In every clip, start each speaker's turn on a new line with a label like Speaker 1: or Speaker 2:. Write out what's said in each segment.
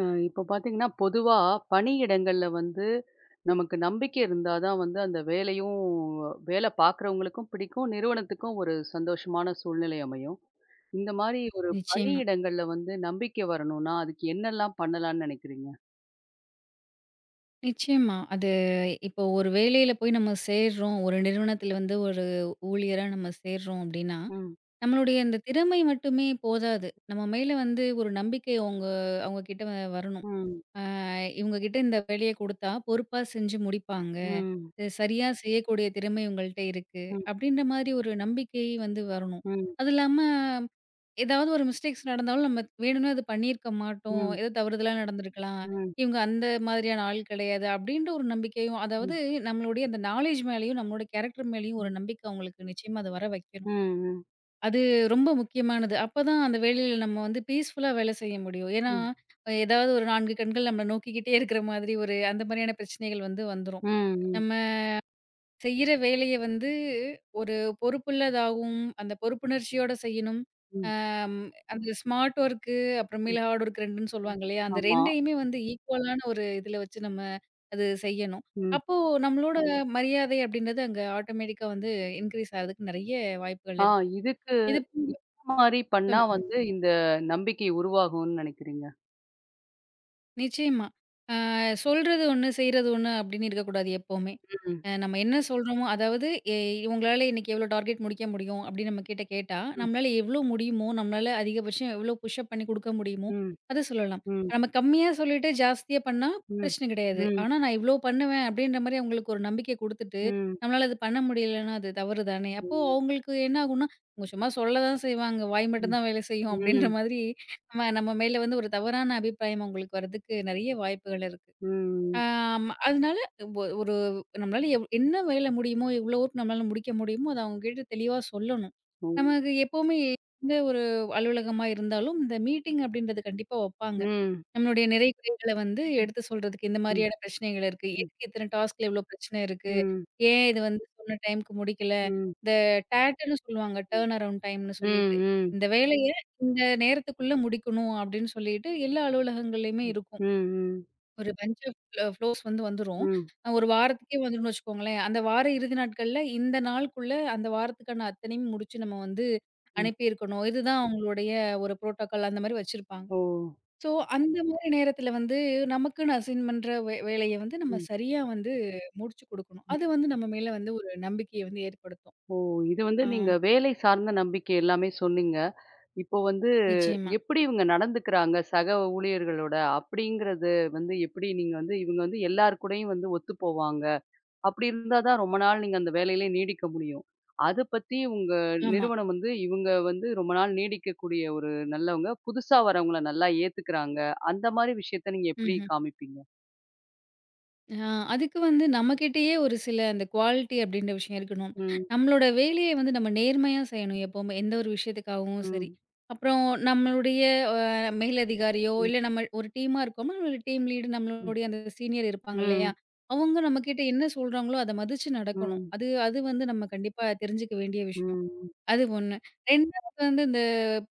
Speaker 1: இப்போ பார்த்தீங்கன்னா பொதுவா பணியிடங்கள்ல வந்து நமக்கு நம்பிக்கை இருந்தா தான் வந்து அந்த வேலையும் வேலை பார்க்குறவங்களுக்கும் பிடிக்கும், நிறுவனத்துக்கும் ஒரு சந்தோஷமான சூழ்நிலை அமையும். இந்த மாதிரி ஒரு
Speaker 2: நிச்சயமா,
Speaker 1: பணியிடங்கள்ல வந்து நம்பிக்கை வரணும்னா, அதுக்கு என்னெல்லாம் பண்ணலாம்னு நினைக்கிறீங்க?
Speaker 2: நிச்சயமா. அது இப்போ ஒரு வேலையில போய் நம்ம சேர்றோம். ஒரு நிறுவனத்தில வந்து ஒரு ஊழியரா நம்ம சேர்றோம் அப்டின்னா,
Speaker 1: ம்.
Speaker 2: நம்மளுடைய அந்த திறமை மட்டுமே போதாது. நம்ம மேல வந்து ஒரு நம்பிக்கை அவுங்க அவுங்க கிட்ட வரணும்.
Speaker 1: ம்.
Speaker 2: அ இவுங்க கிட்ட இந்த வேலைய குடுத்தா பொறுப்பா செஞ்சு முடிப்பாங்க.
Speaker 1: ம்.
Speaker 2: இது சரியா செய்யக்கூடிய திறமை இவுங்கள்ட்ட இருக்கு.
Speaker 1: ம்.
Speaker 2: அப்டின்ற மாரி ஒரு நம்பிக்கை வந்து வரணும்.
Speaker 1: ம்.
Speaker 2: அது இல்லாம ஏதாவது ஒரு மிஸ்டேக்ஸ் நடந்தாலும் நம்ம வேணும்னே அது பண்ணியிருக்க மாட்டோம்.
Speaker 1: ம்.
Speaker 2: ஏதோ தவறுதலா நடந்திருக்கலாம்.
Speaker 1: ம்.
Speaker 2: இவங்க அந்த மாதிரியான ஆள் கிடையாது. அப்படின்ற ஒரு நம்பிக்கையும், அதாவது
Speaker 1: ம்.
Speaker 2: நம்மளுடைய அந்த நாலேட்ஜ் மேலயும், நம்மளோட கேரக்டர் மேலயும்
Speaker 1: ம்.
Speaker 2: ஒரு
Speaker 1: ம்.
Speaker 2: நம்பிக்கை அவங்களுக்கு நிச்சயமா அது வர வைக்கணும்.
Speaker 1: ம்.
Speaker 2: அது ரொம்ப முக்கியமானது. அப்பதான் அந்த வேலையில நம்ம வந்து பீஸ்ஃபுல்லா வேலை செய்ய முடியும். ஏன்னா,
Speaker 1: ம்.
Speaker 2: ஏதாவது ஒரு 4 கண்கள் நம்மள நோக்கிக்கிட்டே இருக்கிற மாதிரி ஒரு அந்த மாதிரியான பிரச்சனைகள் வந்து வந்துரும்.
Speaker 1: ம்.
Speaker 2: நம்ம செய்யிற வேலைய வந்து ஒரு பொறுப்புள்ளதாகவும், அந்த பொறுப்புணர்ச்சியோட செய்யணும்.
Speaker 1: ம்.
Speaker 2: அம் அந்த ஸ்மார்ட் வொர்க்கு,
Speaker 1: ம்.
Speaker 2: அப்புறமேலு ஹார்ட் வொர்க் 2ன்னு சொல்லுவாங்க இல்லையா? அந்த
Speaker 1: ஆமா.
Speaker 2: 2யுமே வந்து ஈக்குவலான ஒரு இதுல வச்சு நம்ம அது செய்யணும்.
Speaker 1: ம்.
Speaker 2: அப்போ நம்மளோட மரியாதை அப்படின்றது அங்க ஆட்டோமேட்டிக்கா வந்து இன்கிரீஸ் ஆகுறதுக்கு நெறைய வாய்ப்புகள்
Speaker 1: ஆ,
Speaker 2: இருக்கு.
Speaker 1: இதுக்கு
Speaker 2: இது
Speaker 1: மாதிரி பண்ணா
Speaker 2: சொல்லுங்க.
Speaker 1: வந்து இந்த நம்பிக்கை உருவாகும்னு நினைக்கிறீங்க?
Speaker 2: நிச்சயமா. ஆ சொல்றது ஒண்ணு, செய்றது ஒண்ணு அப்படின்னு இருக்கக்கூடாது எப்பவுமே.
Speaker 1: ம்.
Speaker 2: நம்ம என்ன சொல்றோமோ அதாவது எ "உங்களால இன்னைக்கு எவ்வளோ டார்கெட் முடிக்க முடியும்?" அப்படின்னு நம்மகிட்ட கேட்டா,
Speaker 1: ம்.
Speaker 2: நம்மளால எவ்வளோ முடியுமோ, நம்மளால அதிகபட்சம் எவ்வளோ புஷ் அப் பண்ணி குடுக்க முடியுமோ,
Speaker 1: ம்,
Speaker 2: அத சொல்லலாம்.
Speaker 1: ம்,
Speaker 2: நம்ம கம்மியா சொல்லிட்டு ஜாஸ்தியா பண்ணா
Speaker 1: ம்,
Speaker 2: பிரச்சனை கிடையாது.
Speaker 1: ம்,
Speaker 2: ஆனா நான் இவ்வளோ பண்ணுவேன் அப்படின்ற மாரி அவங்களுக்கு ஒரு நம்பிக்கை குடுத்துட்டு,
Speaker 1: ம்,
Speaker 2: நம்மளால அது பண்ண முடியலன்னா அது தவறு தானே! அப்போ
Speaker 1: ம்,
Speaker 2: அவங்களுக்கு என்ன ஆகும்னா, அவங்க சும்மா சொல்ல தான் செய்வாங்க. வாய் மட்டும்
Speaker 1: ம்,
Speaker 2: தான் வேலை செய்யும் அப்படின்ற
Speaker 1: ம்,
Speaker 2: மாதிரி ஆமா, நம்ம மேல வந்து ஒரு தவறான அபிப்பிராயம் அவங்களுக்கு வர்றதுக்கு நெறைய வாய்ப்புகள் இருக்கு.
Speaker 1: ம்,
Speaker 2: அதனால ஒரு நம்மளால என்ன வேல முடியுமோ, எவ்வளோ ஒர்க் நம்மளால முடிக்க முடியுமோ, அத அவங்ககிட்ட தெளிவா சொல்லணும்.
Speaker 1: ஓ!
Speaker 2: நமக்கு எப்பவுமே எந்த ஒரு அலுவலகமா இருந்தாலும், இந்த மீட்டிங் அப்படின்றது கண்டிப்பா வப்பாங்க.
Speaker 1: ம்,
Speaker 2: நம்மளுடைய நிறை, குறைகள வந்து எடுத்து சொல்றதுக்கு இந்த
Speaker 1: ம்,
Speaker 2: மாரியான பிரச்சனைகள் இருக்கு.
Speaker 1: ம்,
Speaker 2: எதுக்கு இத்தன டாஸ்க்ல இவ்ளோ பிரச்சனை இருக்கு?
Speaker 1: ம்,
Speaker 2: ஏன் இது வந்து சொன்ன டைம்க்கு முடிக்கல?
Speaker 1: ம்,
Speaker 2: இந்த டேட்டுன்னு சொல்லுவாங்க. டர்ன் அரவுண்ட் டைம்ன்னு
Speaker 1: ம்,
Speaker 2: சொல்லிட்டு.
Speaker 1: ம்,
Speaker 2: இந்த வேலைய இந்த நேரத்துக்குள்ள முடிக்கணும் அப்படின்னு சொல்லிட்டு எல்லா அலுவலகங்கள்லயுமே இருக்கும்.
Speaker 1: ம், ம்,
Speaker 2: ஒரு பஞ்ச் ஆஃப் ஃப்ளோஸ் வந்து வந்துரும்.
Speaker 1: ம்,
Speaker 2: ஒரு வாரத்துக்கே வந்துரும்னு வச்சுக்கோங்களேன். அந்த வார இறுதி நாட்கள்ல இந்த நாளுக்குள்ள அந்த வாரத்துக்கான அத்தனையும் முடிச்சு நம்ம வந்து
Speaker 1: ம்.
Speaker 2: அனுப்பியிருக்கணும். இதுதான் அவங்களுடைய ஒரு புரோட்டோகால் அந்த மாரி வச்சிருப்பாங்க.
Speaker 1: ஓ!
Speaker 2: ஸோ, அந்த மாரி நேரத்தில வந்து நமக்குன்னு அசைன் பண்ற வேலைய வந்து நம்ம
Speaker 1: ம்,
Speaker 2: சரியா வந்து முடிச்சு குடுக்கணும்.
Speaker 1: ம்.
Speaker 2: அது வந்து நம்ம மேல வந்து ஒரு நம்பிக்கைய வந்து ஏற்படுத்தும்.
Speaker 1: ஓ! இது வந்து
Speaker 2: ஆ,
Speaker 1: நீங்க வேலை சார்ந்த நம்பிக்கை எல்லாமே சொன்னீங்க. இப்போ வந்து
Speaker 2: நிச்சயமா.
Speaker 1: எப்படி இவங்க நடந்துக்கிறாங்க, சக ஊழியர்களோட அப்படிங்கிறது வந்து எப்படி நீங்க வந்து இவங்க வந்து எல்லார் கூடயும் வந்து ஒத்துப்போவாங்க. அப்படி இருந்தா தான் ரொம்ப நாள் நீங்க அந்த வேலையிலே நீடிக்க முடியும். அத பத்தி உங்க
Speaker 2: ஆமா.
Speaker 1: நிறுவனம் வந்து, இவங்க வந்து ரொம்ப நாள் நீடிக்கக்கூடிய ஒரு நல்லவங்க. புதுசா வரவங்கள நல்லா ஏத்துக்கிறாங்க. அந்த மாரி விஷயத்த நீங்க எப்படி
Speaker 2: ம்ஹ்ம்.
Speaker 1: காமிப்பீங்க?
Speaker 2: ஆ, அதுக்கு வந்து நம்மகிட்டயே ஒரு சில அந்த குவாலிட்டி அப்படின்ற விஷயம் இருக்கணும்.
Speaker 1: ம்,
Speaker 2: நம்மளோட வேலைய வந்து நம்ம நேர்மையா செய்யணும் எப்பவுமே. எந்த ஒரு விஷயத்துக்காகவும் சரி.
Speaker 1: ம்,
Speaker 2: அப்புறம் நம்மளுடைய அ மேலதிகாரியோ,
Speaker 1: ம்,
Speaker 2: இல்ல நம்ம ஒரு டீமா இருக்கோம்னா, நம்மளோட டீம் லீடு
Speaker 1: ம்,
Speaker 2: நம்மளுடைய அந்த சீனியர் இருப்பாங்க
Speaker 1: ம்,
Speaker 2: இல்லையா? அவங்க நம்மகிட்ட என்ன சொல்றாங்களோ, அத மதிச்சு நடக்கணும்.
Speaker 1: ம்,
Speaker 2: அது அது வந்து நம்ம கண்டிப்பா தெரிஞ்சுக்க வேண்டிய விஷயம்.
Speaker 1: ம்.
Speaker 2: அது 1. 2வது வந்து இந்த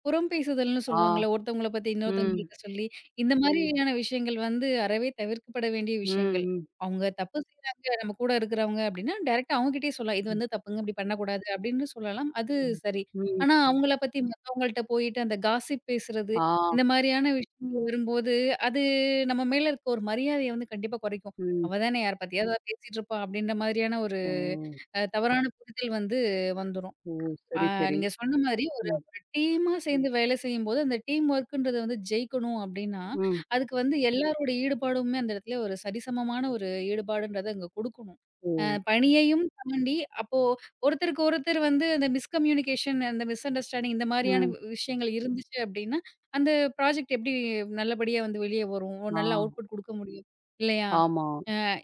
Speaker 2: புறம் பேசுதல்னு
Speaker 1: ஆ,
Speaker 2: சொல்லுவாங்கல்ல. ஒருத்தவங்கள பத்தி
Speaker 1: ம்,
Speaker 2: இன்னொருத்தவங்கள்ட்ட சொல்லி, இந்த மாதிரியான விஷயங்கள் வந்து அறவே தவிர்க்கப்பட வேண்டிய
Speaker 1: ம்,
Speaker 2: விஷயங்கள்.
Speaker 1: ம்,
Speaker 2: அவங்க தப்பு செய்றாங்க, நம்ம கூட இருக்கிறவங்க அப்படின்னா, டைரக்ட்டா அவங்ககிட்டயே சொல்லலாம். இது
Speaker 1: ம்,
Speaker 2: வந்து தப்புங்க, இப்படி பண்ணக்கூடாது அப்படின்னு சொல்லலாம். அது
Speaker 1: ம்,
Speaker 2: சரி.
Speaker 1: ம்.
Speaker 2: ஆனா அவங்கள பத்தி மத்தவங்கள்ட்ட போயிட்டு அந்த காசிப் பேசுறது,
Speaker 1: ஆ,
Speaker 2: இந்த மாதிரியான விஷயங்கள் வரும்போது, அது நம்ம மேல இருக்க ஒரு மரியாதைய வந்து கண்டிப்பா குறைக்கும்.
Speaker 1: ம்.
Speaker 2: "அவ தானே யார பத்தியாவது பேசிட்டு இருப்பா" அப்படின்ற மாதிரியான ஒரு
Speaker 1: ஓ!
Speaker 2: தவறான புரிதல் வந்து வந்துரும்.
Speaker 1: ஓ!
Speaker 2: ஆ
Speaker 1: சரி, சரி.
Speaker 2: நீங்க சொன்ன மாரி ஒரு
Speaker 1: ம்,
Speaker 2: ஒரு டீமா சேர்ந்து வேலை செய்யும்போது, அந்த டீம் ஒர்க்குன்றத வந்து ஜெயிக்கணும் அப்டின்னா,
Speaker 1: ம்.
Speaker 2: அதுக்கு வந்து எல்லாரோட ஈடுபாடுமே அந்த இடத்துல ஒரு சரிசமமான ஒரு ஈடுபாடுன்றத அங்க குடுக்கணும்.
Speaker 1: ஓ!
Speaker 2: பணியையும் தாண்டி அப்போ ஒருத்தருக்கு ஒருத்தர் வந்து அந்த மிஸ்கம்யூனிகேஷன், அந்த மிஸ் அண்டர்ஸ்டாண்டிங் இந்த மாரியான
Speaker 1: ம்.
Speaker 2: விஷயங்கள் இருந்துச்சு அப்டின்னா, அந்த ப்ராஜெக்ட் எப்டி நல்லபடியா வந்து வெளிய வரும்? ஒரு
Speaker 1: ஆ,
Speaker 2: நல்ல அவுட்புட் குடுக்க முடியும் இல்லையா?
Speaker 1: ஆமா.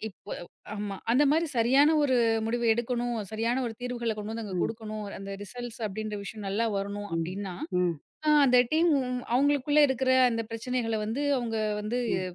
Speaker 2: இப்போ ஆமா. அந்த மாரி சரியான ஒரு முடிவு எடுக்கணும். சரியான ஒரு தீர்வுகள கொண்டு வந்து அங்க
Speaker 1: ம்,
Speaker 2: குடுக்கணும். அந்த ரிசல்ட்ஸ் அப்டின்ற விஷயம் நல்லா வரணும்
Speaker 1: ம்,
Speaker 2: அப்டின்னா,
Speaker 1: ம்,
Speaker 2: அந்த டீம் அவங்களுக்குள்ள இருக்கிற அந்த பிரச்சனைகள வந்து அவங்க வந்து
Speaker 1: ம்.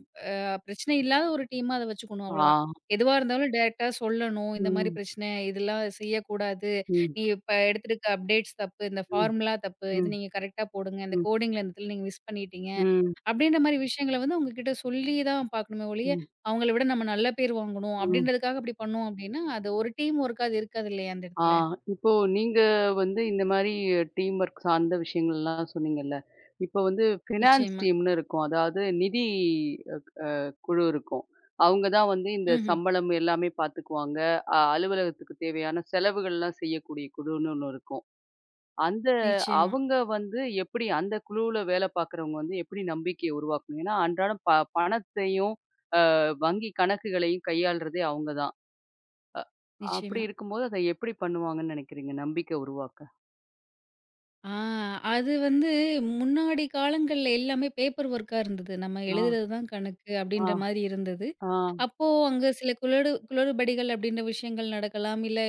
Speaker 2: பிரச்சனை இல்லாத ஒரு டீமா அத வச்சுக்கணும்
Speaker 1: ஆ,
Speaker 2: அவ்வளோதான். எதுவா இருந்தாலும் டைரக்ட்டா சொல்லணும். இந்த மாரி
Speaker 1: ம்,
Speaker 2: பிரச்சனை, இதெல்லாம் செய்யக்கூடாது.
Speaker 1: ம்.
Speaker 2: நீ இப்ப எடுத்திருக்க அப்டேட்ஸ் தப்பு. இந்த
Speaker 1: ம்,
Speaker 2: ஃபார்முலா தப்பு. இது
Speaker 1: ம்,
Speaker 2: நீங்க கரெக்ட்டா போடுங்க. இந்த
Speaker 1: ம்,
Speaker 2: கோடிங்ல இந்த இடத்துல நீங்க மிஸ் பண்ணிட்டீங்க.
Speaker 1: ம்,
Speaker 2: அப்படின்ற மாரி விஷயங்கள வந்து அவங்க கிட்ட சொல்லி தான் பார்க்கணுமே ஒழிய,
Speaker 1: ம்,
Speaker 2: அவங்கள விட நம்ம நல்ல பேர் வாங்கணும்
Speaker 1: ம்.
Speaker 2: அப்படின்றதுக்காக அப்படி பண்ணோம் அப்படின்னா, அது ஒரு டீம் ஒர்க்கா அது இருக்காது இல்லையா அந்த
Speaker 1: ஆ,
Speaker 2: இடத்துல.
Speaker 1: இப்போ நீங்க வந்து இந்த மாரி டீம் ஒர்க் சார்ந்த விஷயங்கள்லாம் சொன்னீங்கல்ல. இப்போ வந்து ஃபினான்ஸ்
Speaker 2: நிச்சயமா.
Speaker 1: டீம்னு இருக்கும். அதாவது நிதி அ குழு இருக்கும். அவங்க தான் வந்து இந்த
Speaker 2: ம்ஹ்ம்.
Speaker 1: சம்பளம் எல்லாமே பார்த்துக்குவாங்க. அலுவலகத்துக்கு தேவையான செலவுகள்லாம் செய்யக்கூடிய குழுன்னு ஒண்ணு இருக்கும். அந்த
Speaker 2: நிச்சயமா,
Speaker 1: அவங்க வந்து எப்படி அந்த குழுவுல வேலை பார்க்குறவங்க வந்து எப்படி நம்பிக்கைய உருவாக்கணும்? ஏன்னா, அன்றாடம் பணத்தையும் வங்கி கணக்குகளையும் கையாள்றதே அவங்க தான். அ அப்படி
Speaker 2: நிச்சயமா.
Speaker 1: இருக்கும்போது அத எப்படி பண்ணுவாங்கன்னு நினைக்கிறீங்க? நம்பிக்கை உருவாக்க?
Speaker 2: ஆ அது வந்து முன்னாடி காலங்கள்ல எல்லாமே பேப்பர் ஒர்க்கா இருந்தது. நம்ம
Speaker 1: ஆ,
Speaker 2: எழுதுறது தான் கணக்கு
Speaker 1: ஆ,
Speaker 2: அப்படின்ற மாரி இருந்தது.
Speaker 1: ஆ.
Speaker 2: அப்போ அங்க சில குளறு குளறுபடிகள் அப்படின்ற விஷயங்கள் நடக்கலாம். இல்ல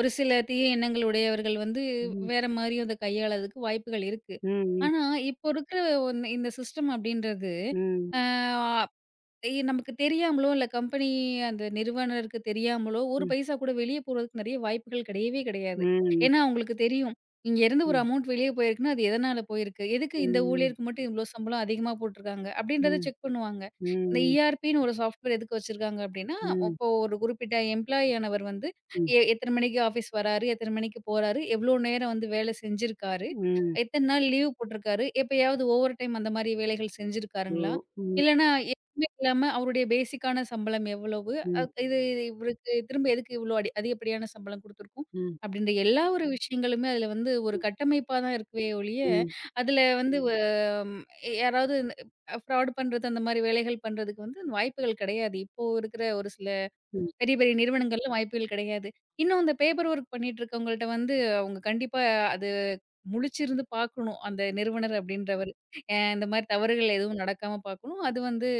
Speaker 2: ஒரு சில தீய எண்ணங்கள் உடையவர்கள் வந்து
Speaker 1: ம்,
Speaker 2: வேற மாரியும் அத கையாளதுக்கு வாய்ப்புகள் இருக்கு.
Speaker 1: ம், ம்,
Speaker 2: ஆனா, இப்போ இருக்கிற இந்த சிஸ்டம் அப்படின்றது,
Speaker 1: ம்,
Speaker 2: அ எ நமக்கு தெரியாமலோ, இல்ல கம்பெனி அந்த நிறுவனருக்கு தெரியாமலோ, ஒரு
Speaker 1: ம்,
Speaker 2: பைசா கூட வெளிய போறதுக்கு நெறைய வாய்ப்புகள் கிடையவே கிடையாது.
Speaker 1: ம்,
Speaker 2: ஏன்னா, அவங்களுக்கு தெரியும். இங்க இருந்து ஒரு
Speaker 1: ம்,
Speaker 2: அமௌண்ட் வெளிய போயிருக்குன்னா, அது எதனால போயிருக்கு? எதுக்கு இந்த
Speaker 1: ம்,
Speaker 2: ஊழியருக்கு மட்டும் இவ்ளோ சம்பளம் அதிகமா போட்டுருக்காங்க? அப்படின்றத
Speaker 1: ம்,
Speaker 2: செக் பண்ணுவாங்க. இந்த
Speaker 1: ம்,
Speaker 2: ERPன்னு ஒரு சாஃப்ட்வேர் எதுக்கு வச்சிருக்காங்க அப்படின்னா,
Speaker 1: ம்,
Speaker 2: இப்போ ஒரு குறிப்பிட்ட எம்ப்ளாயி ஆனவர் வந்து எத்தன மணிக்கு ஆஃபீஸ் வராரு? எத்தன மணிக்கு போறாரு? எவ்வளோ நேரம் வந்து வேலை செஞ்சிருக்காரு?
Speaker 1: ம்.
Speaker 2: எத்தன நாள் லீவ் போட்டிருக்காரு? எப்பயாவது ஓவர் டைம் அந்த மாரி வேலைகள்
Speaker 1: ஓ!
Speaker 2: செஞ்சிருக்காருங்களா?
Speaker 1: ம்,
Speaker 2: இல்லன்னா எதுவுமே இல்லாம அவருடைய பேசிக்கான சம்பளம் எவ்வளவு? அ
Speaker 1: ம்,
Speaker 2: இது இது இவருக்கு திரும்ப எதுக்கு இவ்ளோ அதிகப்படியான சம்பளம் குடுத்துருக்கோம்?
Speaker 1: ம்,
Speaker 2: அப்டின்ற எல்லா ஒரு விஷயங்களுமே அதுல வந்து ஒரு
Speaker 1: ம்,
Speaker 2: கட்டமைப்பா தான் இருக்குவே ஒழிய,
Speaker 1: ம்,
Speaker 2: அதுல வந்து வ ம் யாராவது ஃப்ராட் பண்றது அந்த மாரி வேலைகள் பண்றதுக்கு வந்து வாய்ப்புகள் கெடையாது. இப்போ இருக்கிற ஒரு சில பெரிய பெரிய நிறுவனங்கள்ல வாய்ப்புகள் கெடையாது. இன்னும் இந்த பேப்பர் ஒர்க் பண்ணிட்டு இருக்கவங்கள்ட்ட வந்து அவங்க கண்டிப்பா அது முழிச்சிருந்து பார்க்கணும். அந்த நிறுவனர் அப்டின்றவரு. இந்த மாரி தவறுகள் எதுவும் நடக்காம பார்க்கணும். அது வந்து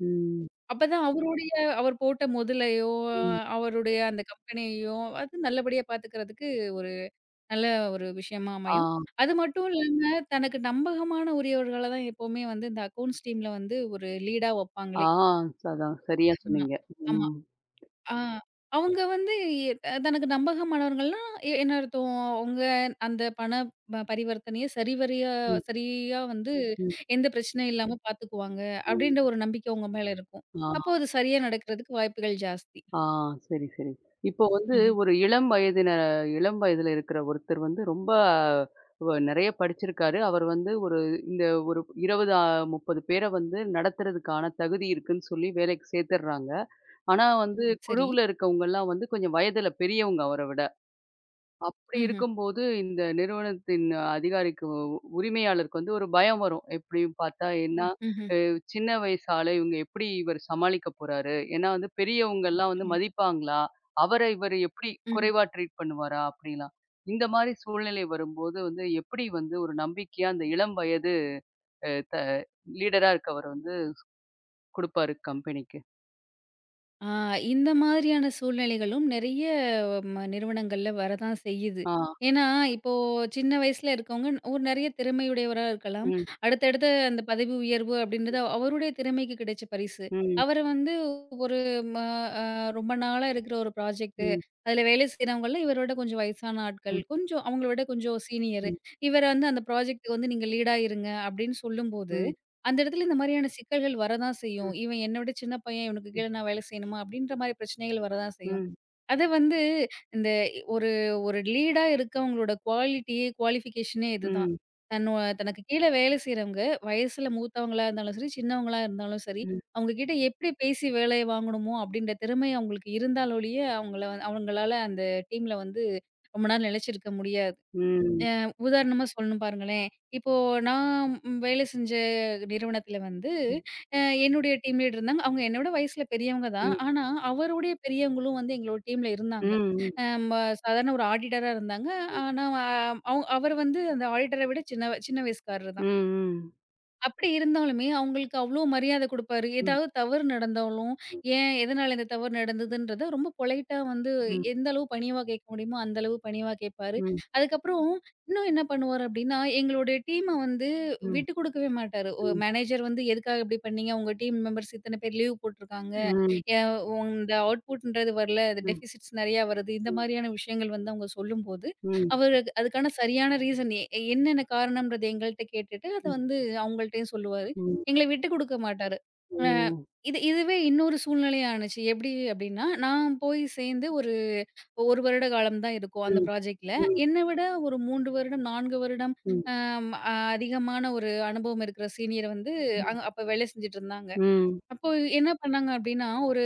Speaker 1: ம்,
Speaker 2: அப்பதான் அவருடைய அவர் போட்ட முதலையோ,
Speaker 1: ம்.
Speaker 2: அவருடைய அந்த கம்பெனியையோ அது நல்லபடியா பாத்துக்கிறதுக்கு ஒரு நல்ல ஒரு விஷயமா அமையும்.
Speaker 1: ஆ,
Speaker 2: அது மட்டும் இல்லாம தனக்கு நம்பகமான உரியவர்கள தான் எப்பவுமே வந்து இந்த அக்கவுண்ட்ஸ் டீம்ல வந்து ஒரு லீடா
Speaker 1: ஆ.
Speaker 2: வப்பாங்களே!
Speaker 1: அதான் சரியா
Speaker 2: ஆமா.
Speaker 1: சொன்னீங்க.
Speaker 2: ஆமா.
Speaker 1: ம்,
Speaker 2: ஆ. அவங்க வந்து எ தனக்கு நம்பகமானவர்கள்னா, என்ன அர்த்தம்? அவங்க அந்த பண பரிவர்த்தனைய சரிவரியா
Speaker 1: ம்,
Speaker 2: சரியா வந்து
Speaker 1: ம்,
Speaker 2: எந்த பிரச்சனையும் இல்லாம பார்த்துக்குவாங்க,
Speaker 1: ம்.
Speaker 2: அப்படின்ற ஒரு நம்பிக்கை உங்க மேல இருக்கும்.
Speaker 1: ஆ.
Speaker 2: அப்போ அது சரியா நடக்கிறதுக்கு வாய்ப்புகள் ஜாஸ்தி.
Speaker 1: ஆ, சரி, சரி. இப்போ வந்து
Speaker 2: ம்ஹ்ம்.
Speaker 1: ஒரு இளம் வயதில இருக்கிற ஒருத்தர் வந்து ரொம்ப நெறைய படிச்சிருக்காரு. அவர் வந்து இந்த ஒரு 20 30 பேர வந்து நடத்துறதுக்கான தகுதி இருக்குன்னு சொல்லி வேலைக்கு சேர்த்துடுறாங்க. ஆனா வந்து ம்.
Speaker 2: சரி.
Speaker 1: குழுவுல இருக்கவங்கலாம் வந்து கொஞ்சம் வயதில பெரியவங்க அவர விட. அப்படி
Speaker 2: ம்ஹ்ம்.
Speaker 1: இருக்கும்போது இந்த நிறுவனத்தின் அதிகாரிக்கு உரிமையாளருக்கு வந்து ஒரு பயம் வரும். எப்படியும் பார்த்தா என்ன
Speaker 2: ம்ஹ்ம்.
Speaker 1: சின்ன வயசு ஆளு இவங்க எப்படி இவர் சமாளிக்க போறாரு? ஏன்னா வந்து பெரியவங்கலாம் வந்து
Speaker 2: ம்ஹ்ம்.
Speaker 1: மதிப்பாங்களா? அவர இவரு எப்படி
Speaker 2: ம்ஹ்ம்.
Speaker 1: குறைவா ட்ரீட் பண்ணுவாரா? அப்படிலாம். இந்த மாரி சூழ்நிலை வரும்போது வந்து எப்படி வந்து ஒரு நம்பிக்கையா அந்த இளம் வயது அ த லீடரா இருக்கவர் வந்து குடுப்பாரு கம்பெனிக்கு?
Speaker 2: ஆ, இந்த மாதிரியான சூழ்நிலைகளும் நெறைய நிறுவனங்கள்ல வரதான் செய்யுது.
Speaker 1: ஆ.
Speaker 2: ஏன்னா, இப்போ சின்ன வயசுல இருக்கவங்க ஒரு நெறைய திறமையுடையவரா இருக்கலாம்.
Speaker 1: ம்.
Speaker 2: அடுத்தடுத்த அந்த பதவி உயர்வு அப்படின்றது அவருடைய திறமைக்கு கிடைச்ச பரிசு.
Speaker 1: ம்.
Speaker 2: அவர வந்து ஒரு ம அ ரொம்ப நாளா இருக்கிற ஒரு ப்ராஜெக்ட்
Speaker 1: ம்.
Speaker 2: அதுல வேலை செய்றவங்கள்ல இவர விட கொஞ்சம் வயசான ஆட்கள்,
Speaker 1: ம்.
Speaker 2: கொஞ்சம் அவங்கள விட கொஞ்சம் சீனியர்.
Speaker 1: ம்.
Speaker 2: இவர வந்து அந்த ப்ராஜெக்ட்க்கு வந்து நீங்க லீடா இருங்க அப்படின்னு சொல்லும்போது,
Speaker 1: ம்.
Speaker 2: அந்த இடத்துல இந்த மாரியான சிக்கல்கள் வரதான் செய்யும்.
Speaker 1: ம்.
Speaker 2: இவன் என்ன விட சின்ன பையன், இவனுக்கு கீழ நான் வேலை செய்யணுமா? அப்படின்ற மாரி பிரச்சனைகள் வரதான் செய்யும்.
Speaker 1: ம்.
Speaker 2: அத வந்து இந்த ஒரு ஒரு லீடா இருக்கவங்களோட குவாலிட்டியே, குவாலிஃபிகேஷனே இதுதான்.
Speaker 1: ம். ம்.
Speaker 2: தன்னோ தனக்கு கீழ வேலை செய்றவங்க, வயசுல மூத்தவங்களா இருந்தாலும் சரி, சின்னவங்களா இருந்தாலும் சரி,
Speaker 1: ம்.
Speaker 2: அவங்க கிட்ட எப்படி பேசி வேலைய வாங்கணுமோ அப்படின்ற திறமை அவங்களுக்கு இருந்தாலொழிய, அவங்களால அந்த டீம்ல வந்து ரொம்ப நாள் நிலைச்சிருக்க முடியாது.
Speaker 1: ம்.
Speaker 2: உதாரணமா சொல்லணும் பாருங்களேன். இப்போ நான் வேலை செஞ்ச நிறுவனத்தில வந்து அ என்னுடைய டீம் லீடர் இருந்தாங்க. அவங்க என்னோட வயசுல பெரியவங்க தான்.
Speaker 1: ம்.
Speaker 2: ஆனா, அவருடைய பெரியவங்களும் வந்து எங்களோட டீம்ல இருந்தாங்க.
Speaker 1: ம்.
Speaker 2: அ ம சாதாரண ஒரு ஆடிட்டரா இருந்தாங்க.
Speaker 1: ம்.
Speaker 2: ஆனா அவ் அவ் அவர் வந்து அந்த ஆடிட்டர விட சின்ன சின்ன வயசுக்காரர் தான்.
Speaker 1: ம்.
Speaker 2: அப்படி இருந்தாலுமே, அவங்களுக்கு அவ்ளோ மரியாதை குடுப்பாரு.
Speaker 1: ம்.
Speaker 2: ஏதாவது தவறு நடந்தாலும்,
Speaker 1: ம்.
Speaker 2: ஏன்? எதனால இந்த தவறு நடந்ததுன்றத ரொம்ப பொலைட்டா வந்து
Speaker 1: ம்.
Speaker 2: எந்த அளவு பணிவா கேட்க முடியுமோ, அந்த அளவு பணிவா கேட்பாரு.
Speaker 1: ம்.
Speaker 2: அதுக்கப்புறம் இன்னும் என்ன பண்ணுவாரு அப்படின்னா, எங்களுடைய டீம்ம வந்து
Speaker 1: ம். ம்.
Speaker 2: விட்டு குடுக்கவே மாட்டாரு.
Speaker 1: ம்.
Speaker 2: மேனேஜர் வந்து எதுக்காக இப்படி பண்ணீங்க? உங்க டீம் மெம்பர்ஸ் இத்தன பேர் லீவ் போட்டுருக்காங்க.
Speaker 1: ம்.
Speaker 2: எ உங்க இந்த அவுட்புட்ன்றது வரல. அது
Speaker 1: ம்.
Speaker 2: டெஃபிசிட்ஸ் நெறையா வருது. இந்த
Speaker 1: ம்.
Speaker 2: மாரியான விஷயங்கள் வந்து அவங்க சொல்லும்போது,
Speaker 1: ம்,
Speaker 2: அவரு அதுக்கான சரியான ரீசன் என்னென்ன காரணம்ன்றத எங்கள்ட்ட கேட்டுட்டு, அத
Speaker 1: ம்,
Speaker 2: வந்து அவங்கள்ட்டயும் சொல்லுவாரு.
Speaker 1: ம்.
Speaker 2: எங்கள விட்டு குடுக்க மாட்டாரு.
Speaker 1: ஓ!
Speaker 2: அ இது இதுவே இன்னொரு சூழ்நிலையா ஆனுச்சு. எப்டி அப்டின்னா, நான் போய் சேர்ந்து ஒரு 1 வருட காலம் தான் இருக்கும் அந்த
Speaker 1: ம்,
Speaker 2: ப்ராஜெக்ட்ல.
Speaker 1: ம்,
Speaker 2: என்ன விட ஒரு 3 வருடம், 4 வருடம்
Speaker 1: ம்,
Speaker 2: அம் அதிகமான ஒரு அனுபவம் இருக்கிற சீனியர் வந்து அங்க அப்ப வேலை செஞ்சுட்டு இருந்தாங்க.
Speaker 1: ம்,
Speaker 2: அப்போ என்ன பண்ணாங்க அப்டின்னா,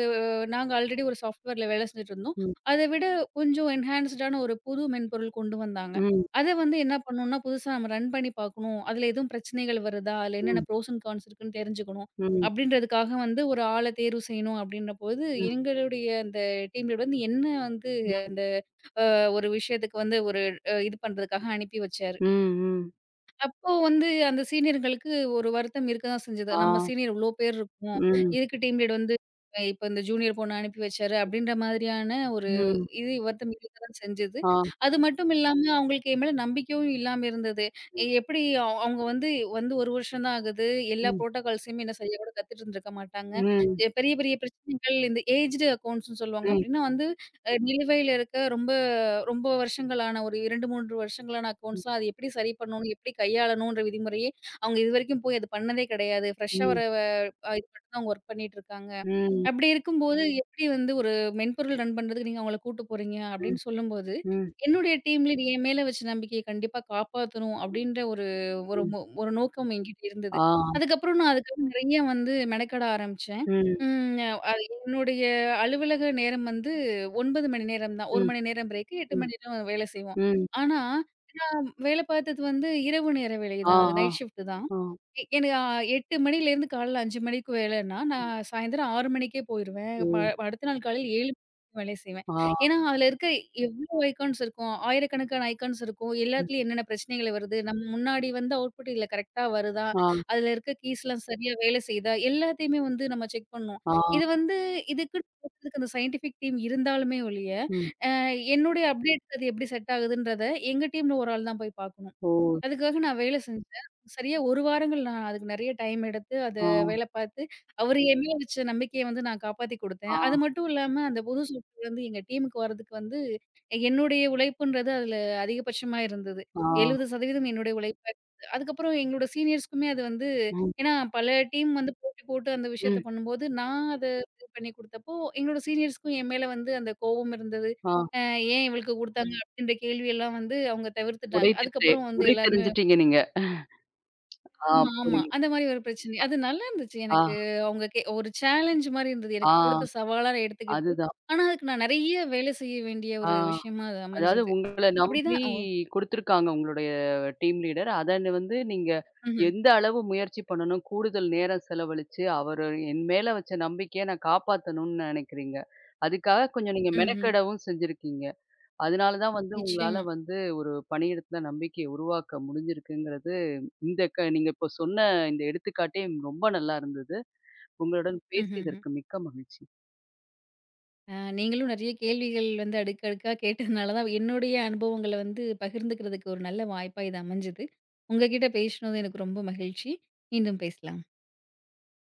Speaker 2: நாங்க ஆல்ரெடி ஒரு சாஃப்ட்வேர்ல வேலை செஞ்சுட்டுருந்தோம்.
Speaker 1: ம்,
Speaker 2: அத விட கொஞ்சம் என்ஹான்ஸ்டான ஒரு புது மென்பொருள் கொண்டு வந்தாங்க.
Speaker 1: ம், ம்,
Speaker 2: அத வந்து என்ன பண்ணணும்னா, புதுசா நம்ம ரன் பண்ணி பார்க்கணும். அதுல எதுவும் பிரச்சனைகள் வருதா? அதுல என்னென்ன ப்ரோஸ் அண்ட் கான்ஸ் இருக்குன்னு தெரிஞ்சுக்கணும்.
Speaker 1: ம், ம், ம்,
Speaker 2: அப்டின்றதுக்காக வந்து ஒரு ஆள தேர்வு செய்யணும் அப்டின்றபோது,
Speaker 1: ம், ம்.
Speaker 2: எங்களுடைய அந்த டீம் லீடர் வந்து என்ன வந்து அந்த ஒரு விஷயத்துக்கு வந்து ஒரு அ இது பண்றதுக்காக அனுப்பி வச்சாரு.
Speaker 1: ம்.
Speaker 2: அப்போ வந்து அந்த சீனியர்களுக்கு ஒரு வருத்தம் இருக்க தான் செஞ்சது.
Speaker 1: ஆ,
Speaker 2: நம்ம சீனியர் இவ்ளோ பேர் இருக்கோம்.
Speaker 1: ம்,
Speaker 2: எதுக்கு டீம் லீட் வந்து இப்ப இந்த ஜூனியர் பொண்ண அனுப்பி வச்சாரு அப்படின்ற மாதிரியான ஒரு
Speaker 1: ம்,
Speaker 2: வருத்தம் இருக்க தான் செஞ்சது.
Speaker 1: ஆ,
Speaker 2: அது மட்டும் இல்லாம அவங்களுக்கு என் மேல நம்பிக்கையும் இல்லாம இருந்தது.
Speaker 1: ம்,
Speaker 2: எ- எப்படி அவ் அவங்க வந்து வந்து 1 வருஷம் தான் ஆகுது. எல்லா
Speaker 1: ம்,
Speaker 2: புரோட்டோகால்ஸையுமே என்ன செய்ய கூட கத்துட்டு இருந்திருக்க மாட்டாங்க.
Speaker 1: ம்,
Speaker 2: பெரிய பெரிய பிரச்சனைகள் இந்த ஏஜ்டு அக்கவுண்ட்ஸ்ன்னு சொல்லுவாங்க.
Speaker 1: ம்,
Speaker 2: அப்படின்னா வந்து நிலுவையில இருக்க ரொம்ப ரொம்ப வருஷங்களான ஒரு 2, 3 வருஷங்களான
Speaker 1: ம்,
Speaker 2: அக்கவுண்ட்ஸ்லாம் அது எப்படி சரி பண்ணணும், எப்படி கையாளணுன்ற விதிமுறையே அவங்க இதுவரைக்கும் போய் அது பண்ணதே கிடையாது. ஃப்ரெஷ்ஷா வர வ இது மட்டும் தான் அவங்க வொர்க் பண்ணிட்டு இருக்காங்க.
Speaker 1: ம்,
Speaker 2: அப்படி இருக்கும்போது, எப்படி வந்து ஒரு மென்பொருள் ரன் பண்றதுக்கு நீங்க அவங்கள கூட்டு போறீங்க
Speaker 1: ம்,
Speaker 2: அப்படின்னு சொல்லும்போது, என்னுடைய டீம் லீட் என் மேல வச்ச நம்பிக்கைய கண்டிப்பா காப்பாத்தணும் அப்படின்ற ஒரு ஒரு
Speaker 1: ம்.
Speaker 2: மோ ஒரு நோக்கம் என்கிட்ட இருந்தது.
Speaker 1: ஆ,
Speaker 2: அதுக்கப்புறம் நான் அதுக்காக நெறைய வந்து மெனக்கட ஆரம்பிச்சேன்.
Speaker 1: ம்,
Speaker 2: ம் அது என்னுடைய அலுவலக நேரம் வந்து 9 மணி நேரம் தான். 1
Speaker 1: ம்,
Speaker 2: மணி நேரம் பிரேக், 8
Speaker 1: ம்,
Speaker 2: மணி நேரம் வேலை செய்வோம்.
Speaker 1: ம்.
Speaker 2: ஆனா வேலை பார்த்தது வந்து இரவு நேர வேலை
Speaker 1: ஆ,
Speaker 2: தான். அது
Speaker 1: ஆ,
Speaker 2: நைட் ஷிஃப்ட் தான். எனக்கு 8 மணிலேருந்து காலையில 5 மணிக்கு வேலைன்னா,
Speaker 1: ஆ,
Speaker 2: நான் சாயந்தரம் 6 மணிக்கே போயிருவேன். அடுத்த நாள் காலையில 7 மணிக்கு வேலை செய்வேன். ஏன்னா, அதில இருக்க எவ்வளோ ஐகான்ஸ் இருக்கும். ஆயிரக்கணக்கான ஐகான்ஸ் இருக்கும்.
Speaker 1: ம்,
Speaker 2: எல்லாத்துலயும் என்னென்ன பிரச்சனைகள் வருது, நம்ம முன்னாடி வந்த அவுட்புட் இதில கரெக்ட்டா வருதா,
Speaker 1: ஓ!
Speaker 2: அதில இருக்க கீஸ்லாம் சரியா வேலை செய்யுதா, எல்லாத்தையுமே வந்து நம்ம செக் பண்ணணும்.
Speaker 1: ஆ,
Speaker 2: இது வந்து இதுக்குன்னு அந்த சயின்டிஃபிக் டீம் இருந்தாலுமே ஒழிய,
Speaker 1: ம், ஆ,
Speaker 2: அ
Speaker 1: ஆ,
Speaker 2: என்னுடைய அப்டேட்க்கு அது எப்படி செட் ஆகுதுன்றத எங்க டீம்ல ஒரு ஆள் தான் போய் பார்க்கணும்.
Speaker 1: ம், ஓ!
Speaker 2: அதுக்காக நான் வேலை செஞ்சேன். சரியா 1 வாரங்கள் நான் அதுக்கு நெறைய டைம் எடுத்து அத
Speaker 1: ஆ,
Speaker 2: வேலை பார்த்து, அவரு என் மேல வச்ச நம்பிக்கைய வந்து நான் காப்பாத்தி குடுத்தேன். அது மட்டும் இல்லாம அந்த புது சாஃப்ட்வேர் வந்து எங்க டீமுக்கு வர்றதுக்கு வந்து என்னுடைய உழைப்புன்றது அதுல அதிகபட்சமா இருந்தது.
Speaker 1: ஆ, ஆ,
Speaker 2: 70% என்னுடைய உழைப்பா இருந்தது. அதுக்கப்புறம் எங்களோட சீனியர்ஸ்க்குமே அது வந்து
Speaker 1: ம்,
Speaker 2: ஏன்னா பல டீம் வந்து போட்டி போட்டு அந்த விஷயத்த
Speaker 1: ம்,
Speaker 2: பண்ணும்போது, நான் அத இது பண்ணி குடுத்தப்போ, எங்களோட சீனியர்ஸ்க்கும் என் மேல வந்து அந்த கோவம் இருந்தது.
Speaker 1: ஆ.
Speaker 2: அ ஏன் இவளுக்கு குடுத்தாங்க? என்ற கேள்வியெல்லாம் வந்து அவங்க
Speaker 1: உடை
Speaker 2: தவிர்த்துட்டாங்க.
Speaker 1: திட்டே
Speaker 2: அதுக்கப்புறம் வந்து
Speaker 1: உடை
Speaker 2: எல்லாருமே
Speaker 1: தெரிஞ்சுட்டீங்க நீங்க. ஆ,
Speaker 2: ஆமா, ஆமா.
Speaker 1: புரியுது.
Speaker 2: அந்த மாரி ஒரு பிரச்சனை. அது நல்லாருந்துச்சு
Speaker 1: ஆ,
Speaker 2: எனக்கு. அவங்க ஒரு சேலஞ்ச் மாரி இருந்தது. எனக்கு
Speaker 1: ஆ,
Speaker 2: குடுத்த சவாலா எடுத்துக்கிட்டு,
Speaker 1: அதுதான்.
Speaker 2: ஆனா அதுக்கு நான் நெறைய வேலை செய்ய வேண்டிய
Speaker 1: ஆ,
Speaker 2: ஒரு விஷயமா அது
Speaker 1: அதாவது
Speaker 2: அமைஞ்சது.
Speaker 1: உங்கள நம்பி
Speaker 2: அப்படிதான் ஓ
Speaker 1: குடுத்துருக்காங்க உங்களுடைய டீம் லீடர். அத வந்து நீங்க
Speaker 2: ம்ஹ்ம்,
Speaker 1: எந்த அளவு முயற்சி பண்ணணும், கூடுதல் நேரம் செலவழிச்சு, அவரு என் மேல வச்ச நம்பிக்கைய நான் காப்பாத்தணும்னு நெனைக்கிறீங்க. அதுக்காக கொஞ்சம் நீங்க
Speaker 2: ம்ஹ்ம்.
Speaker 1: மெனக்கெடவும் செஞ்சிருக்கீங்க. அதனால தான் வந்து உங்களால
Speaker 2: நிச்சயமா.
Speaker 1: வந்து ஒரு பணியிடத்துல நம்பிக்கைய உருவாக்க முடிஞ்சிருக்குங்கிறது, இந்த நீங்க இப்ப சொன்ன இந்த எடுத்துக்காட்டே ரொம்ப நல்லா இருந்தது. உங்களுடன்
Speaker 2: ம்ஹ்ஹ்ம்.
Speaker 1: பேசியதற்கு மிக்க மகிழ்ச்சி.
Speaker 2: நீங்களும் நெறைய கேள்விகள் வந்து அடுக்கு அடுக்கா கேட்டதுனால தான் என்னுடைய அனுபவங்கள வந்து பகிர்ந்துக்கிறதுக்கு ஒரு நல்ல வாய்ப்பா இது அமைஞ்சது. உங்க கிட்ட பேசினது எனக்கு ரொம்ப மகிழ்ச்சி. மீண்டும் பேசலாம்.